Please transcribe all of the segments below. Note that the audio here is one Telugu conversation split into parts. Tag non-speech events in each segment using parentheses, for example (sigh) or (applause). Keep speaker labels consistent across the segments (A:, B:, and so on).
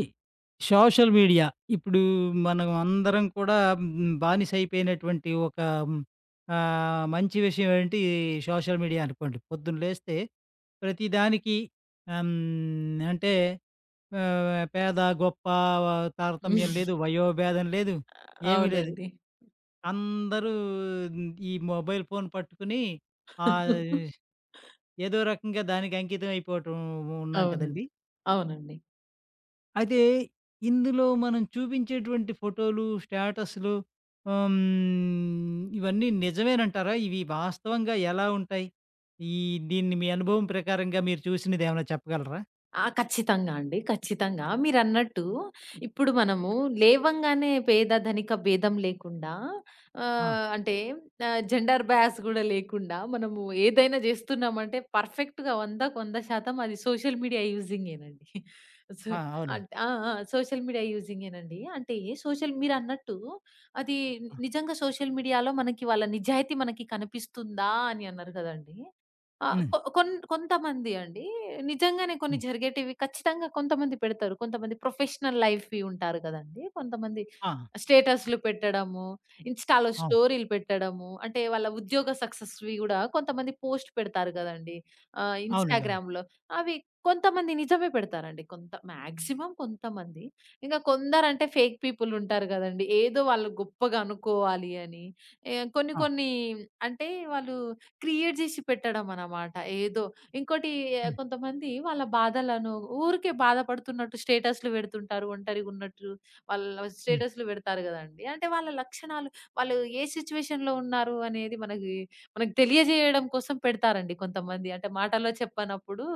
A: ఈ సోషల్ మీడియా. ఇప్పుడు మనం అందరం కూడా బానిస అయిపోయినటువంటి హ్మ్, మంచి విషయం ఏంటి సోషల్ మీడియా అనుకోండి. పొద్దున లేస్తే ప్రతిదానికి అంటే పేద, గొప్ప తారతమ్యం లేదు. వయోభేదం లేదు. ఏమీ లేదు.
B: అవునండి.
A: అందరూ ఈ మొబైల్ ఫోన్ పట్టుకుని ఆహ్, ఏదో రకంగా దానికి అంకితం అయిపోవటం ఉన్నాం
B: అవునండి.
A: కదండీ!
B: అవునండి.
A: అయితే ఇందులో మనం చూపించేటువంటి ఫోటోలు, స్టేటస్‌లు, ఇవన్నీ నిజమేనంటారా? ఇవి వాస్తవంగా ఎలా ఉంటాయి? ఈ దీన్ని మీ అనుభవం ప్రకారంగా మీరు చూసినదేమైనా చెప్పగలరా?
B: ఆ, ఖచ్చితంగా అండి. ఖచ్చితంగా. మీరన్నట్టు ఇప్పుడు మనము లేవంగానే పేద, ధనిక భేదం లేకుండా
A: ఆ!
B: ఆహ్, అంటే జెండర్ బయాస్ గూడా లేకుండా మనము ఏదైనా జేస్తున్నామంటే పర్ఫెక్ట్‌గా 100కి 100% అది సోషల్ మీడియా యూజింగేనండి. సో
A: ఆ! అవునండి.
B: అంట్ ఆ! ఆ! సోషల్ మీడియా యూజింగేనండి. అంటే మీరన్నట్టు అది
A: ఆ!
B: నిజంగా సోషల్ మీడియాలో వాళ్ళ నిజాయితీ మనకి కనిపిస్తుందా అని అన్నారు గదండీ. ఆ!
A: హ్మ్.
B: కొ కొన్ కొంతమంది అండి నిజంగానే కొన్ని
A: హ్మ్.
B: జరిగేటివి ఖచ్చితంగా కొంతమంది పెడతారు. కొంతమంది ప్రొఫెషనల్ లైఫ్‌వి ఉంటారు కదండీ. కొంతమంది
A: ఆ!
B: స్టేటస్‌లు పెట్టడము, ఇన్‌స్టా‌లో
A: అవును.
B: స్టోరీలు పెట్టడము, అంటే వాళ్ళ ఉద్యోగ సక్సెస్‌వి గూడా కొంతమంది పోస్ట్ పెడతారు కదండీ,
A: అవునండి. అవును.
B: ఇన్‌స్టాగ్రామ్‌లో. అవి కొంతమంది నిజమే పెడతారండి. కొంత మాక్సిమం కొంతమంది. ఇంక కొందరంటే ఫేక్ పీపుల్ ఉంటారు కదండీ. ఏదో వాళ్ళు గొప్పగా అనుకోవాలి అని. కొన్ని
A: ఆ!
B: కొన్ని అంటే వాళ్ళు క్రియేట్ జేసి పెట్టడమనమాట. ఏదో ఇంకోటి,
A: హ్మ్.
B: కొంతమంది వాళ్ళ బాధలను ఊరికే బాధపడుతున్నట్టు స్టేటస్‌లు పెడుతుంటారు. ఒంటరిగున్నట్లు వాళ్ళ
A: హ్మ్.
B: స్టేటస్‌లు పెడతారు గదండీ. అంటే వాళ్ళ లక్షణాలు, వాళ్ళు ఏ సిట్యుయేషన్‌లో ఉన్నారు అనేది మనకు తెలియజేయడం కోసం పెడతారండి కొంతమంది. అంటే మాటలో చెప్పనప్పుడు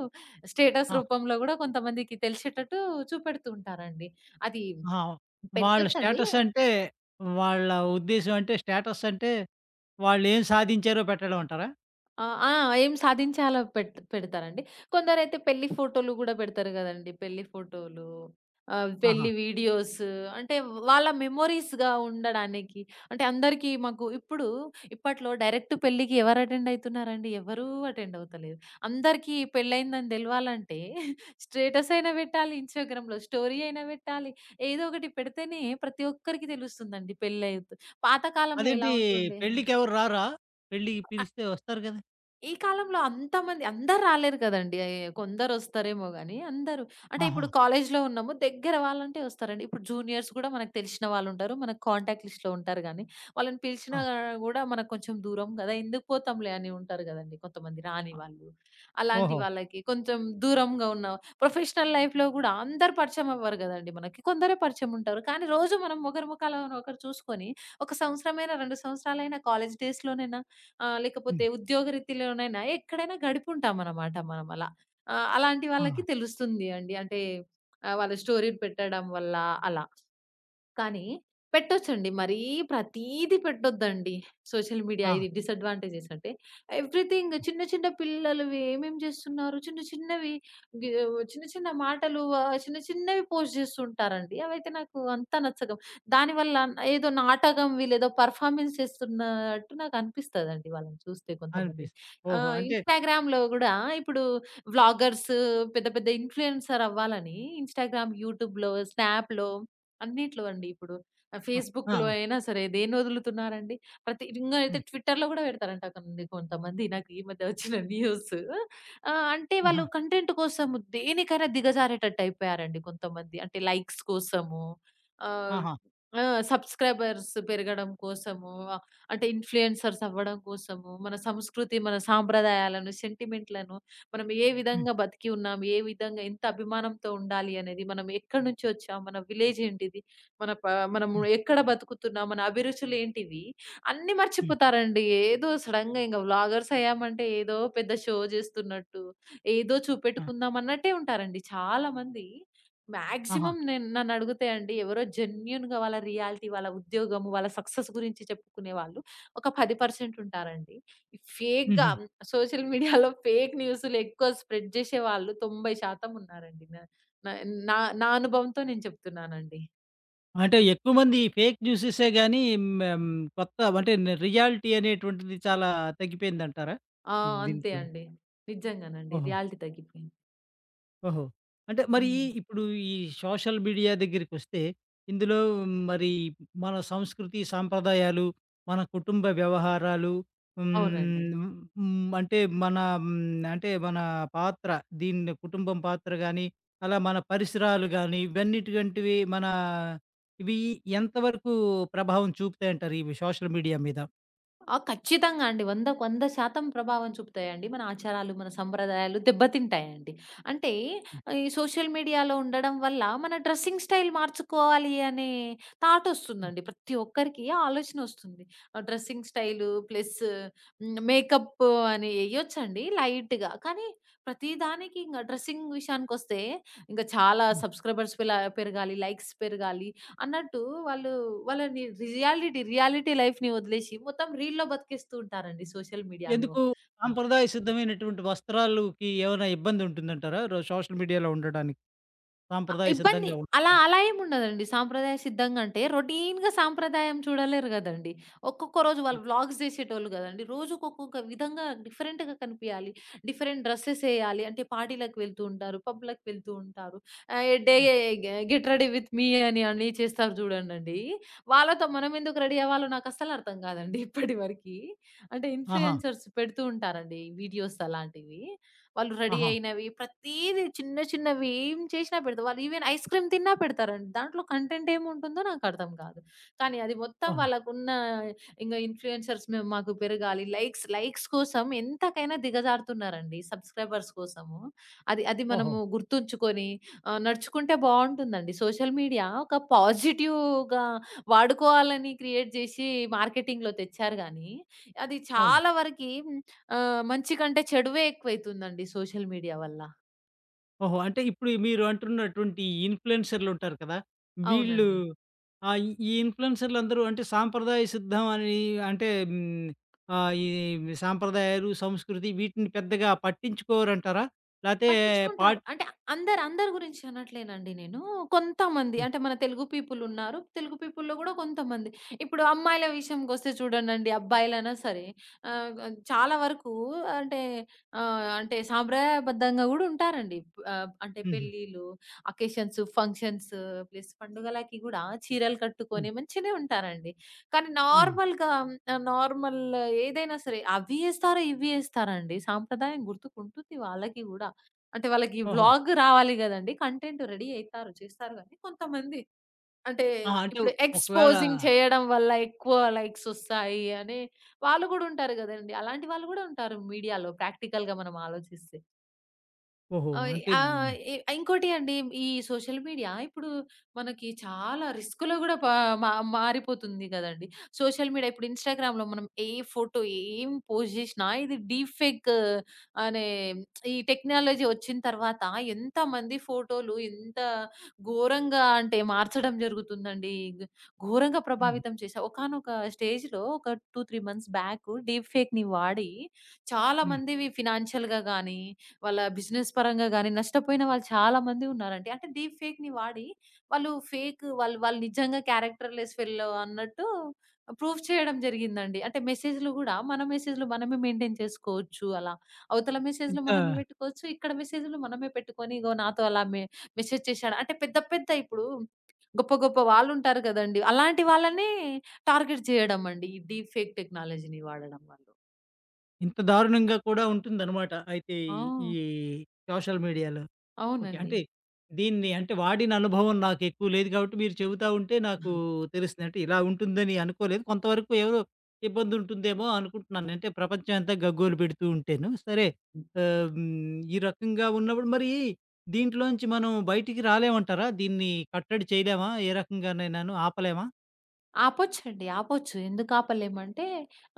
B: స్టేటస్
A: ఆ!
B: రూపంలో గూడా కొంతమందికి తెలిసేటట్టు చూపెడుతూ ఉంటారండి. అది
A: ఆ! వాళ్ళ
B: పెట్టొచ్చండి.
A: స్టేటస్ అంటే, వాళ్ళ ఉద్దేశ్యం అంటే, స్టేటస్ అంటే వాళ్ళేం సాధించారో పెట్టడం అంటారా?
B: ఆ! ఆ! ఏం సాధించాలో పెడతారండి. కొందరైతే పెళ్లి ఫోటోలు గూడా పెడతారు గదండీ. పెళ్లి ఫోటోలు,
A: ఆహా!
B: పెళ్లి వీడియోస్, అంటే వాళ్ళ మెమోరీస్‌గా ఉండడానికి. అంటే అందరికీ మాకు ఇప్పుడు ఇప్పట్లో డైరెక్ట్ పెళ్ళికి ఎవరు అటెండ్ అయితున్నారండి? ఎవరూ అటెండ్ అవుతలేరు. అందరికీ పెళ్లయిందని దెలవాలంటే స్టేటస్ అయినా బెట్టాలి, ఇన్‌స్టాగ్రామ్‌లో స్టోరీ అయినా బెట్టాలి. ఏదో ఒకటి పెడితేనే ప్రతి ఒక్కరికి తెలుస్తుందండి పెళ్లయితు. పాత కాలంలో ఎలా
A: అదేంటి,
B: ఉంటుండే,
A: పెళ్ళికెవరు రారా? పెళ్ళికి పిలిస్తే వస్తారు గదా!
B: ఈ కాలంలో అంతమంది అందరు రాలేరు కదండీ. కొందరొస్తారేమో గాని, అందరూ అంటే
A: ఆహా!
B: ఇప్పుడు కాలేజ్‌లో ఉన్నాము. దగ్గర వాళ్ళంటే వస్తారండి. ఇప్పుడు జూనియర్స్ గూడా మనకు తెలిసిన వాళ్ళుంటారు. మన కాంటాక్ట్ లిస్ట్‌లో ఉంటారు గానీ, వాళ్ళని
A: ఆ!
B: పిలిచినా గూడా మనకు కొంచెం దూరం గదా. ఎందుకు పోతాంలే అని ఉంటారు గదండీ కొంతమంది రాని
A: అ
B: వాళ్ళు. అలాంటి
A: ఓహో!
B: వాళ్ళకి కొంచెం దూరంగా ఉన్న ప్రొఫెషనల్ లైఫ్‌లో గూడా అందరూ పరిచయం అవ్వరు గదండీ మనకి. కొందరే పరిచయం ఉంటారు. కానీ రోజు మనం ఒకరి ముఖాలను ఒకరు చూసుకొని, ఒక సంవత్సరమైనా, 2 సంవత్సరాలైనా కాలేజ్ డేస్‌లోనేనా, లేకపోతే
A: హ్మ్.
B: ఉద్యోగరీత్యాలోనైనా ఎక్కడైనా గడిపుంటామనమాట మనం అలా. అలాంటి
A: ఆ!
B: వాళ్ళకి తెలుస్తుంది అండి. అంటే వాళ్ళ స్టోరీలు పెట్టడం వల్ల అలా. కానీ పెట్టొచ్చండి. మరీ ప్రతీది పెట్టొద్దండి. సోషల్ మీడియా
A: ఆ!
B: ఇది డిసడ్వాంటేజెస్ అంటే ఎవ్రీథింగ్, చిన్న చిన్న పిల్లలవి ఏమేం చేస్తున్నారు? చిన్న చిన్నవి, గి చిన్న చిన్న మాటలు, చిన్న చిన్నవి పోస్ట్ చేస్తుంటారండి. అవైతే నాకు అంత నచ్చవు. దానివల్ల ఏదో నాటకం వీళ్ళేదో పెర్ఫార్మన్స్ చేస్తున్నట్టు నాకు అనిపిస్తదండి వాళ్ళని చూస్తే కొంతమందిని.
A: అనిపిస్తుంది. ఓహో! అంటే
B: ఇన్‌స్టాగ్రామ్‌లో గూడా ఇప్పుడు వ్లాగర్స్ పెద్ద పెద్ద ఇన్‌ఫ్లుయెన్సర్ అవ్వాలని ఇన్‌స్టాగ్రామ్, యూట్యూబ్‌లో, స్నాప్‌లో అన్నిట్లో అండి. ఇప్పుడు
A: ఆ! ఆ!
B: ఫేస్‌బుక్‌లో అయినా సరే దేన్ని వదులుతున్నారండి? ప్రతి ఇంగా అయితే
A: హ్మ్.
B: ట్విట్టర్‌లో గూడా పెడతారంట కొన్ని కొంతమంది, నాకు ఈ మధ్య వచ్చిన న్యూస్. అంటే వాళ్ళు
A: ఆహా!
B: కంటెంట్ కోసం దేనికైనా దిగజారేటట్టు అయిపోయారండి కొంతమంది. అంటే లైక్స్ కోసము, ఆహ్,
A: ఆహా!
B: ఆ! సబ్‌స్క్రైబర్స్ పెరగడం కోసము, అంటే ఇన్‌ఫ్లుయెన్సర్స్ అవ్వడం కోసము, మన సంస్కృతి, మన సాంప్రదాయాలను, సెంటిమెంట్‌లను, మనం ఏ
A: హ్మ్.
B: విధంగా బతికి ఉన్నాం? ఏ విధంగా ఎంత అభిమానంతో ఉండాలి అనేది, మనం ఎక్కడి నుంచి వచ్చాం? మన విలేజ్ ఏంటిది? మన ప మనము
A: హ్మ్.
B: ఎక్కడ బతుకుతున్నాం? మన అభిరుచులు ఏంటివి? అన్నీ
A: హ్మ్.
B: మర్చిపోతారండి. ఏదో సడెన్‌గా ఇంక వ్లాగర్స్ అయ్యామంటే ఏదో పెద్ద షో చేస్తున్నట్టు, ఏదో
A: ఆ!
B: చూపెట్టుకుందాం అన్నట్టే ఉంటారండి చాలామంది.
A: ఆహా!
B: మాక్సిమం నేను నన్నడిగితే అండి, ఎవరో జెన్యూన్‌గా వాళ్ళ రియాలిటీ, వాళ్ళ ఉద్యోగము, వాళ్ళ సక్సెస్ గురించి చెప్పుకునే వాళ్ళు ఒక 10% ఉంటారండి. ఫేక్‌గా
A: హుహు.
B: సోషల్ మీడియాలో ఫేక్ న్యూస్‌లు ఎక్కువ స్ప్రెడ్ చేసేవాళ్ళు 90% ఉన్నారండి. నా నా నా నా అనుభవంతో నేను చెప్తున్నానండి.
A: అంటే ఎక్కువ మంది ఫేక్ న్యూసెసే గాని, మేం కొత్త అంటే న్ రియాలిటీ అనేటువంటిది చాలా తగ్గిపోయిందంటారా?
B: ఆ, అంతే
A: దీంట్లో?
B: అండి. నిజంగానండి.
A: ఓహో!
B: రియాలిటీ తగ్గిపోయింది.
A: ఓహో! అంటే మరి
B: హ్మ్.
A: ఈ- ఇప్పుడు ఈ సోషల్ మీడియా దగ్గరికొస్తే, ఇందులో మరి మన సంస్కృతి, సాంప్రదాయాలు, మన కుటుంబ వ్యవహారాలు,
B: అవునండి.
A: హ్మ్. హ్మ్. అంటే మన, హ్మ్. అంటే మన పాత్ర, దీన్ని కుటుంబం పాత్ర గాని, అలా మన పరిసరాలు గాని, ఇవన్నిటివంటివి మన ఇవి ఎంతవరకు ప్రభావం చూపుతాయంటారు ఇవి సోషల్ మీడియా మీద?
B: ఆ, ఖచ్చితంగా అండి. 100కు 100% ప్రభావం చూపుతాయండి. మన ఆచారాలు, మన సంప్రదాయాలు దెబ్బతింటాయండి. అంటే ఈ సోషల్ మీడియాలో ఉండడం వల్ల మన డ్రెస్సింగ్ స్టైల్ మార్చుకోవాలి అనే థాట్ ఒస్తుందండి. ప్రతి ఒక్కరికి ఆ ఆలోచన ఒస్తుంది. ఆ డ్రెస్సింగ్ స్టైలు ప్లస్ మేకప్ అని ఎయొచ్చండి లైట్‌గా. కానీ ప్రతి దానికి ఇంగ డ్రెస్సింగ్ విషయానికొస్తే ఇంక చాలా సబ్‌స్క్రైబర్స్ పెరగాలి, లైక్స్ పెరగాలి అన్నట్టు వాళ్ళు వాళ్ళని రియాలిటీ రియాలిటీ లైఫ్‌ని వదిలేసి మొత్తం రీల్‌లో బతికేస్తూ ఉంటారండి సోషల్ మీడియాలో.
A: ఎందుకు సాంప్రదాయ సిద్ధమైనటువంటి వస్త్రాలుకి ఏమైనా ఇబ్బందుంటుందంటారా? రో సోషల్ మీడియాలో ఉండడానికి? సాంప్రదాయ
B: ఇబ్బంది.
A: సిద్ధంగా
B: అలా
A: ఉండకూడదు.
B: అలా ఏముండదండి. సాంప్రదాయ సిద్ధంగా అంటే రొటీన్‌గా సాంప్రదాయం చూడలేరు గదండీ. ఒక్కొక్క రోజు
A: ఆ!
B: వాళ్ళు వ్లాగ్స్ జేసేటోళ్ళు గదండీ. రోజుకొక్కొక్క విధంగా డిఫరెంట్‌గా కనిపియాలి. Different dresses ఎయాలి. అంటే పార్టీ‌లకి వెళ్తూ ఉంటారు. పబ్‌లకి వెళ్తూ ఉంటారు. ఆహ్, డే
A: ఆ!
B: గె గెట్ రెడీ విత్ మీ అని అని చేస్తారు జూడండండి. వాళ్ళతో మనం ఎందుకు రెడీ అవ్వాలో నాకస్సలు అర్థం గాదండి (laughs) ఇప్పటి వరకి. అంటే
A: ఆహా!
B: ఇన్‌ఫ్లుయెన్సర్స్ పెడుతూ ఉంటారండి వీడియోస్ అలాంటివి. వాళ్ళు రెడీ
A: ఆహా!
B: అయినవి ప్రతీది, చిన్న చిన్నవి ఏం చేసినా పెడతారు. వాళ్ళు ఈవెన్ ఐస్ క్రీమ్ తిన్నా పెడతారండి. దాంట్లో కంటెంట్ ఏముంటుందో నాకర్థం కాదు. కానీ అది మొత్తం
A: ఓహో!
B: వాళ్ళకున్న ఇంగా ఇన్‌ఫ్లుయెన్సర్స్ మేము మాకు పెరగాలి, లైక్స్ లైక్స్ కోసం ఎంతకైనా దిగజారుతున్నారండి సబ్స్క్రైబర్స్ కోసము. అది అది
A: ఓహో!
B: మనము గుర్తుంచుకొని నడుచుకుంటే బావుంటుందండి. సోషల్ మీడియా ఒక పాజిటివ్‌గా వాడుకోవాలని క్రియేట్ చేసి మార్కెటింగ్‌లో తెచ్చారు గానీ, అది
A: అవును.
B: చాలా వరకి, ఆ, మంచి కంటే చెడువే ఎక్కువైతుందండి సోషల్ మీడియా వల్ల.
A: ఓహో! అంటే ఇప్పుడు మీరు అంటున్నటువంటి ఇన్‌ఫ్లూయెన్సర్‌లుంటారు కదా! వీళ్ళు,
B: అవునండి.
A: ఆ! ఈ ఇన్‌ఫ్లూయెన్సర్‌లందరూ అంటే సాంప్రదాయ సిద్ధం అని అంటే, హ్మ్, ఈ సాంప్రదాయాలు, సంస్కృతి వీటిని పెద్దగా పట్టించుకోరంటారా? లేతే
B: పట్టించుకుంటారు.
A: పాట్
B: అంటే అందరు, అందరి గురించి అనట్లేనండి నేను. కొంతమంది
A: హ్మ్.
B: అంటే మన తెలుగు పీపుల్ ఉన్నారు. తెలుగు పీపుల్‌లో గూడా కొంతమంది. ఇప్పుడు అమ్మాయిల విషయంకొస్తే చూడండండి, అబ్బాయిలైనా సరే, ఆహ్, గ్ చాలా వరకు అంటే, అంటే సాంప్రదాయబద్ధంగా గూడా ఉంటారండి. అంటే
A: హుహు.
B: పెళ్ళిళ్ళు, అకేషన్స్, ఫంక్షన్స్ ప్లస్ పండుగలకి గూడా చీరలు
A: హ్మ్.
B: కట్టుకొని మంచిగనే ఉంటారండి. కానీ
A: హుహు.
B: నార్మల్‌గా నార్మల్ ఏదైనా సరే అవి యేస్తారో, ఇవి యేస్తారండి. సాంప్రదాయం గుర్తుకుంటుంది వాళ్ళకి గూడా. అంటే వాళ్ళకి
A: ఓహో!
B: వ్లాగ్ రావాలి గదండీ. కంటెంట్ రెడీ అయితారు. చేస్తారు గానీ కొంతమంది అంటే
A: ఆ! అంటే
B: ఇప్పుడు
A: ఒకవేళ
B: ఎక్స్‌పోజింగ్ చేయడం వల్ల ఎక్కువ లైక్స్ ఒస్తాయి అని వాళ్ళు గూడా ఉంటారు గదండీ. అలాంటి వాళ్ళు గూడా ఉంటారు మీడియాలో ప్రాక్టికల్‌గా మనం ఆలోచిస్తే.
A: ఓహో!
B: ఆహ్,
A: అంటే
B: ఆ!
A: హ్మ్.
B: ఇ ఇంకోటి అండి, ఈ సోషల్ మీడియా ఇప్పుడు మనకి చాలా రిస్క్‌లో గూడా పా మా మారిపోతుంది గదండీ. సోషల్ మీడియా ఇప్పుడు ఇన్‌స్టాగ్రామ్‌లో మనం ఏ ఫోటో ఏం పోస్ట్ జేసినా ఇది డీప్ ఫేక్ అనే ఈ టెక్నాలజీ వచ్చిన తర్వాత ఎంతమంది ఫోటోలు ఎంత ఘోరంగా అంటే మార్చడం జరుగుతుందండి. ఘ్ ఘోరంగా
A: హ్మ్.
B: ప్రభావితం చేసా. ఒకానొక స్టేజ్‌లో ఒక 2, 3 మంత్స్ బ్యాక్ డీప్ ఫేక్‌ని వాడి చాలా
A: హ్మ్.
B: మందివి ఫినాన్షియల్‌గా గానీ వాళ్ళ బిజినెస్ పరంగా గాని నష్టపోయిన వాళ్ళు చాలా మంది ఉన్నారండి. అంటే డీప్ ఫేక్‌ని వాడి వాళ్ళు ఫేక్ వాళ్ళు వాళ్ళు నిజంగా క్యారెక్టర్‌లెస్ ఫెల్లో అన్నట్టు ప్రూవ్ చేయడం జరిగిందండి. అంటే మెసేజ్‌లు గూడా మన మెసేజ్‌లు మనమే మెయింటైన్ చేసుకోవచ్చు అలా. అవతల మెసేజ్‌లు
A: ఇంత
B: మనమే పెట్టుకోవచ్చు. ఇక్కడ మెసేజ్‌లు మనమే పెట్టుకొని ఇగో నాతో అలా మెసేజ్ చేశాడు. అంటే పెద్ద పెద్ద ఇప్పుడు గొప్ప గొప్ప వాళ్ళుంటారు గదండీ. అలాంటి వాళ్ళనే టార్గెట్ చేయడం అండి, ఈ డీప్ ఫేక్ టెక్నాలజీని వాడడం వల్ల.
A: ఇంత దారుణంగా కూడా ఉంటుందనమాట. అయితే
B: ఆ,
A: ఈ సోషల్ మీడియాలో. ఓకే.
B: అవునండి.
A: అంటే దీన్ని అంటే వాడిన అనుభవం నాకెక్కువ లేదు కాబట్టి మీరు చెబుతా ఉంటే నాకు తెలుస్తుంది. అంటే ఇలా ఉంటుందని అనుకోలేదు. కొంతవరకు ఏదో ఇబ్బందుంటుందేమో అనుకుంటున్నాను. అంటే ప్రపంచం అంతా గగ్గోలు పెడుతూ ఉంటేను. సరే. ఆహ్, హ్మ్. ఈ రకంగా ఉన్నప్పుడు మరి దీంట్లోంచి మనం బయటికి రాలేమంటారా? దీన్ని కట్టడి చేయలేమా? ఏ రకంగానైనాను ఆపలేమా?
B: ఆపొచ్చండి. ఆపొచ్చు. ఎందుకు ఆపలేమంటే,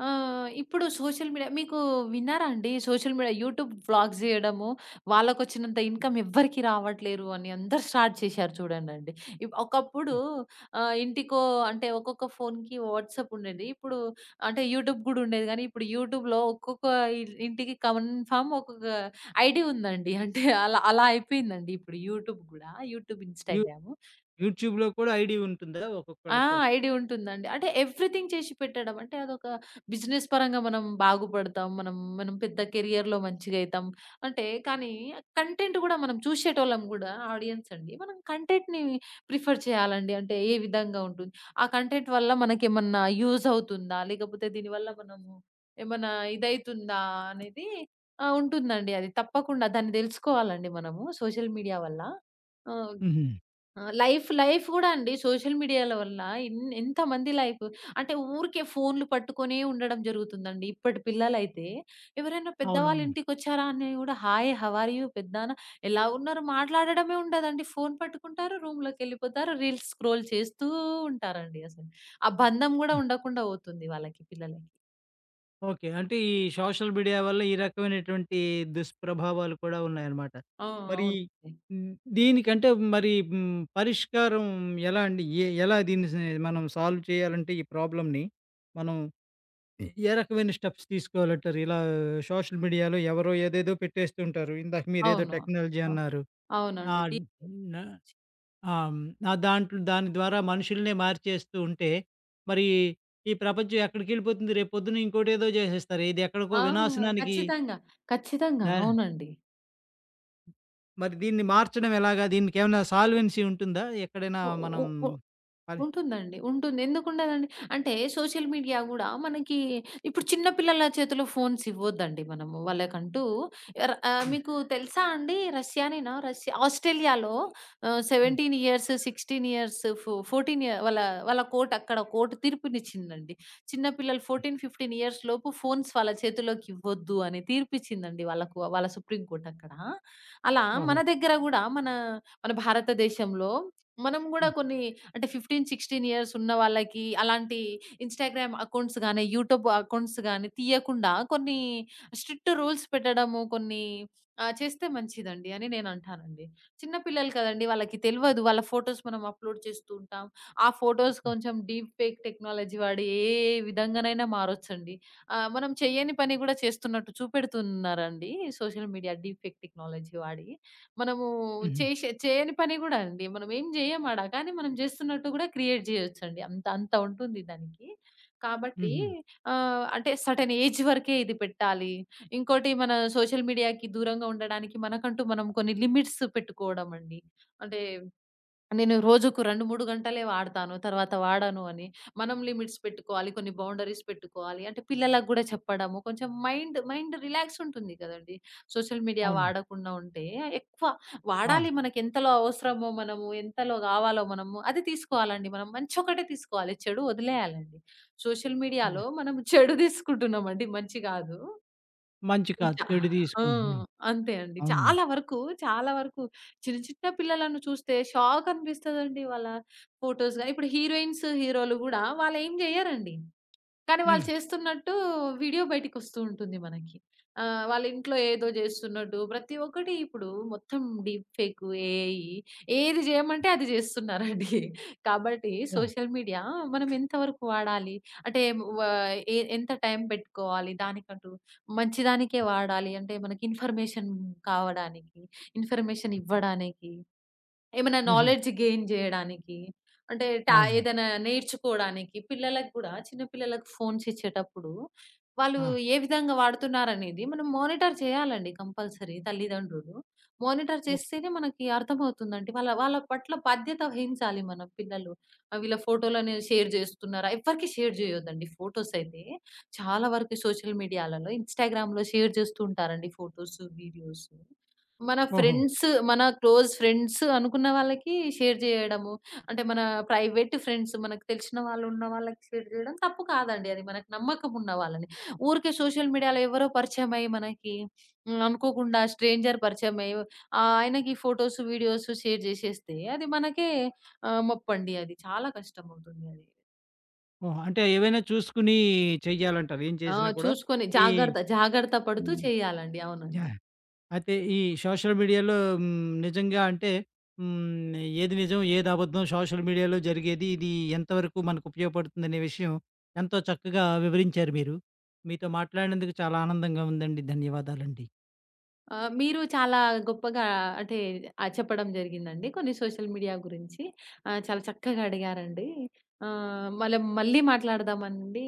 B: ఇప్పుడు సోషల్ మీడియా మీకు విన్నారా అండి? సోషల్ మీడియా యూట్యూబ్ వ్లాగ్స్ జేయడము, వాళ్ళకొచ్చినంత ఇన్‌కమ్ ఎవ్వరికీ రావట్లేరు అని అందరూ స్టార్ట్ చేశారు చూడండండి. ఒకప్పుడు
A: హ్మ్.
B: ఆహ్, ఇంటికో అంటే ఒక్కొక్క ఫోన్‌కి వాట్సాప్ ఉండేది. ఇప్పుడు అంటే యూట్యూబ్ గూడా ఉండేది గానీ, ఇప్పుడు యూట్యూబ్‌లో ఒక్కొక్క ఇ ఇంటికి కన్ఫర్మ్ ఒక్కొక్క ఐడీ ఉందండి. అంటే అలా అలా అయిపోయిందండి ఇప్పుడు యూట్యూబ్ గూడా. యూట్యూబ్,
A: యూ
B: ఇన్‌స్టాగ్రామ్.
A: యూట్యూబ్‌లో కూడా ఐడీ ఉంటుందా
B: ఆ,
A: ఒక్కొక్కళ్ళకి?
B: ఐడియా ఉంటుందండి. అంటే ఎవ్రీథింగ్ చేసి పెట్టడం. అంటే అదొక బిజినెస్ పరంగా మనం బాగుపడతాం. మనం మనం పెద్ద కెరియర్‌లో మంచిగయితాం. అంటే కానీ కంటెంట్ గూడా మనం చూసేటోళ్ళం గూడా ఆడియన్స్ అండి. మనం కంటెంట్‌ని ప్రిఫర్ చేయాలండి. అంటే ఏ విధంగా ఉంటుంది? ఆ కంటెంట్ వల్ల మనకేమన్నా యూజ్ అవుతుందా? లేకపోతే దీనివల్ల మనము ఏమన్నా ఇదయితుందా? అనేది, ఆ, ఉంటుందండి అది. తప్పకుండా దాన్ని దెలుసుకోవాలండి మనము సోషల్ మీడియా వల్ల. ఆ.
A: హుహు.
B: ఆ, లైఫ్ గూడా అండి సోషల్ మీడియాల వల్ల ఎంతమంది లైఫ్ అంటే ఊరికే ఫోన్‌లు పట్టుకొనే ఉండడం జరుగుతుందండి. ఇప్పటి పిల్లలైతే ఎవరైనా పెద్దవాళ్ళు
A: అవునవును.
B: ఇంటికొచ్చారా అని గూడా హాయ్ హౌ ఆర్ యూ పెద్దనాన్న ఎలా ఉన్నారు మాట్లాడడమే ఉండదండి. ఫోన్ పట్టుకుంటారు, రూమ్‌లోకెళ్ళిపోతారు, రీల్స్ స్క్రోల్ చేస్తూ ఉంటారండి అసలు. ఆ బంధం గూడా ఉండకుండా పోతుంది వాళ్ళకి పిల్లలకి.
A: ఓకే. అంటే ఈ సోషల్ మీడియా వల్ల ఈ రకమైనటువంటి దుష్ప్రభావాలు కూడా ఉన్నాయన్నమాట.
B: ఆ!
A: మరి
B: అవునండి.
A: హ్మ్, దీనికంటే మరి పరిష్కారం ఎలా అండి? ఎ ఎలా దీన్ని స మనం సాల్వ్ చేయాలంటే ఈ ప్రాబ్లమ్‌ని మనం ఎ ఏ రకమైన స్టెప్స్ తీసుకోవాలంటారు? ఇలా సోషల్ మీడియాలో ఎవరో ఏదేదో పెట్టేస్తుంటారు. ఇందాక మీరేదో
B: అవును.
A: టెక్నాలజీ
B: అ
A: అన్నారు. ఆ!
B: అవునండి. డి
A: న ఆ! హ్మ్. ఆ! దాంట్లో దాని ద్వారా మనుషుల్నే మార్చేస్తూ ఉంటే, మరి ఈ ప్రపంచం ఎక్కడికెళ్ళిపోతుంది? రేపొద్దున ఇంకోటేదో జేసేస్తారు. ఇది ఎక్కడికో
B: ఆ,
A: వినాశనానికి
B: ఖచ్చితంగా. ఖచ్చితంగా.
A: దా
B: అవునండి.
A: మరి దీన్ని మార్చడం ఎలాగా? దీనికేమన్నా సాల్వెన్సీ ఉంటుందా? ఎక్కడైనా
B: ఒ ఒ
A: మనం
B: ఒ
A: పరి
B: ఉంటుందండి. ఉంటుంది. ఎందుకుండదండి? అంటే సోషల్ మీడియా గూడా మనకి ఇప్పుడు చిన్న పిల్లల చేతిలో ఫోన్స్ ఇవ్వొద్దండి మనము. వాళ్ళకంటూ,
A: హ్మ్.
B: మీకు తెలుసా అండి, రష్యానేనా? రష్యా ఆస్ట్రేలియాలో
A: హ్మ్.
B: 17 ఇయర్స్, 16 ఇయర్స్, 14 ఇయర్ వాళ్ళ వాళ్ళ కోర్ట్ అక్కడ కోర్ట్ తీర్పునిచ్చిందండి. చిన్న పిల్లలు 14, 15 ఇయర్స్ లోపు ఫోన్స్ వాళ్ళ చేతిలోకి ఇవ్వొద్దు అని తీర్పిచ్చిందండి వాళ్ళకు, వాళ్ళ సుప్రీం కోర్ట్ అక్కడ. అలా
A: ఓహో!
B: మన దగ్గర గూడా మన మన భారతదేశంలో మనం గూడా
A: హ్మ్.
B: కొన్ని, అంటే 15, 16 ఇయర్స్ ఉన్న వాళ్ళకి అలాంటి ఇన్‌స్టాగ్రామ్ అకౌంట్స్ గాని, యూట్యూబ్ అకౌంట్స్ గాని తీయకుండా కొన్ని స్ట్రిక్ట్ రూల్స్ పెట్టడము, కొన్ని, చేస్తే మంచిదండి అని నేనంటానండి. చిన్న పిల్లలు కదండీ. వాళ్ళకి తెలవదు. వాళ్ళ ఫోటోస్ మనం అప్‌లోడ్ చేస్తూ ఉంటాం. ఆ ఫోటోస్
A: హ్మ్.
B: కొంచెం డీప్ ఫేక్ టెక్నాలజీ వాడి ఏ ఏ విధంగానైనా మారొచ్చండి. మనం చేయని పని గూడా చేస్తున్నట్టు చూపెడుతున్నారండి social media deep fake technology వాడి. మనము
A: హుహు.
B: చేయని పని గూడా అండి. మనం ఏం జేయం ఆడ. కానీ మనం జేస్తున్నట్టు గూడా క్రియేట్ జేయొచ్చండి. అంత అంత ఉంటుంది దానికి. కాబట్టి,
A: హుహు.
B: అంటే సర్టెన్ ఏజ్ వరకే ఇది పెట్టాలి. ఇంకోటి, మన సోషల్ మీడియాకి దూరంగా ఉండడానికి మనకంటూ మనం కొన్ని లిమిట్స్ పెట్టుకోవడమండి. అంటే నేను రోజుకు 2, 3 గంటలే వాడతాను. తర్వాత వాడను అని. మనం లిమిట్స్ పెట్టుకోవాలి. కొన్ని బౌండరీస్ పెట్టుకోవాలి. అంటే పిల్లలకు గూడా చెప్పడము. కొంచెం మైండ్ మైండ్ రిలాక్స్ ఉంటుంది కదండీ. సోషల్ మీడియా
A: అవును.
B: వాడకుండా ఉంటే ఎక్కువ
A: ఆ!
B: వాడాలి. మనకెంతలో అవసరమో మనము, ఎంతలో గావాలో మనము అది తీసుకోవాలండి. మనం మంచొకటే తీసుకోవాలి. చెడు వదిలేయాలండి. సోషల్
A: హ్మ్.
B: మీడియాలో మనం చెడు తీసుకుంటున్నామండి. మంచి గాదు.
A: మంచి కాదు.
B: చా
A: చెడు
B: ఆ!
A: తీసుకుంటున్నాం.
B: అంతే అండి.
A: అవును.
B: చాలా వరకు, చాలా వరకు చిన్న చిన్న పిల్లలను చూస్తే షాకనిపిస్తదండి. వాళ్ళ ఫోటోస్ గాని ఇప్పుడు హీరోయిన్స్, హీరోలు గూడా వాళ్ళేం జేయరండి. కానీ వాళ్ళు
A: హ్మ్.
B: చేస్తున్నట్టు వీడియో బయటికొస్తూ ఉంటుంది మనకి. వాళ్ళ ఇంట్లో ఏదో జేస్తున్నట్టు ప్రతి ఒక్కటి ఇప్పుడు మొత్తం డీప్ ఫేక్, ఏఐ ఏది జేయమంటే అది జేస్తున్నారండి. కాబట్టి
A: ఓహ్!
B: సోషల్ మీడియా మనం ఎంతవరకు వాడాలి? అంటే వ ఎ ఎంత టైం పెట్టుకోవాలి? దానికంటూ మంచి దానికే వాడాలి. అంటే మనకి ఇన్ఫర్మేషన్ కావడానికి, ఇన్ఫర్మేషన్ ఇవ్వడానికి, ఏమైనా
A: హుహు.
B: నాలెడ్జ్ గెయిన్ జేయడానికి, అంటే
A: అవును.
B: ఏదైనా నేర్చుకోడానికి పిల్లలకు గూడా, చిన్న పిల్లలకు ఫోన్స్ ఇచ్చేటప్పుడు, వాళ్ళు
A: ఆ!
B: ఏ విధంగా వాడుతున్నారనేది మనం మానిటర్ చేయాలండి కంపల్సరీ తల్లిదండ్రులు. Monitor
A: okay.
B: చేస్తేనే మనకి అర్థమవుతుందండి. వాళ్ళ వాళ్ళ పట్ల బాధ్యత వహించాలి మన పిల్లలు. ఆ, వీళ్ళ ఫోటోలని షేర్ జేస్తున్నారా, ఎవ్వరికీ షేర్ జేయొద్దండి ఫోటోస్ అయితే. చాలా వరకు సోషల్ మీడియాలలో, ఇన్‌స్టాగ్రామ్‌లో షేర్ జేస్తూ ఉంటారండి ఫోటోస్, వీడియోస్. మన
A: ఓహో!
B: ఫ్రెండ్స్, మన క్లోజ్ ఫ్రెండ్స్ అనుకున్న వాళ్ళకి షేర్ జేయడము. అంటే మన ప్రైవేట్ ఫ్రెండ్స్, మనకు తెలిసిన వాళ్ళు, ఉన్న వాళ్ళకి షేర్ జేయడం తప్పు కాదండి అది. మనకు నమ్మకం ఉన్న వాళ్ళని. ఊరికే సోషల్ మీడియాలో ఎవరో పరిచయం అయ్యి మనకి, అనుకోకుండా స్ట్రేంజర్ పరిచయం అయ్యి, ఆయనకి ఫోటోస్, వీడియోస్ షేర్ జేసేస్తే అది మనకే, మొప్పండి అది. చాలా కష్టమవుతుంది అది.
A: ఓహో! అంటే ఏవైనా చూసుకుని చెయ్యాలంటారు. ఏం
B: ఆ,
A: చేసినా కూడా
B: చూసుకొని
A: ఈ
B: జాగ్రత్త, జాగ్రత్త పడుతూ
A: హ్మ్.
B: చేయాలండి. అవునండి.
A: యాహ్! అయితే ఈ సోషల్ మీడియాలో నిజంగా అంటే, హ్మ్, ఏది నిజం, ఏది అబద్ధం, సోషల్ మీడియాలో జరిగేది, ఇది ఎంతవరకు మనకు ఉపయోగపడుతుందనే విషయం ఎంతో చక్కగా వివరించారు మీరు. మీతో మాట్లాడినందుకు చాలా ఆనందంగా ఉందండి. ధన్యవాదాలండి.
B: ఆ, మీరు చాలా గొప్పగా అంటే, చెప్పడం జరిగిందండి. కొన్ని సోషల్ మీడియా గురించి, చాలా చక్కగా అడిగారండి. మనం మళ్ళీ మాట్లాడదామండి.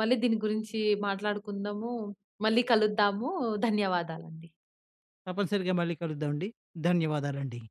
B: మళ్ళీ దీని గురించి మాట్లాడుకుందాము. మళ్ళీ కలుద్దాము. ధన్యవాదాలండి.
A: తప్పనిసరిగా మళ్ళీ కలుద్దామండి. ధన్యవాదాలండి.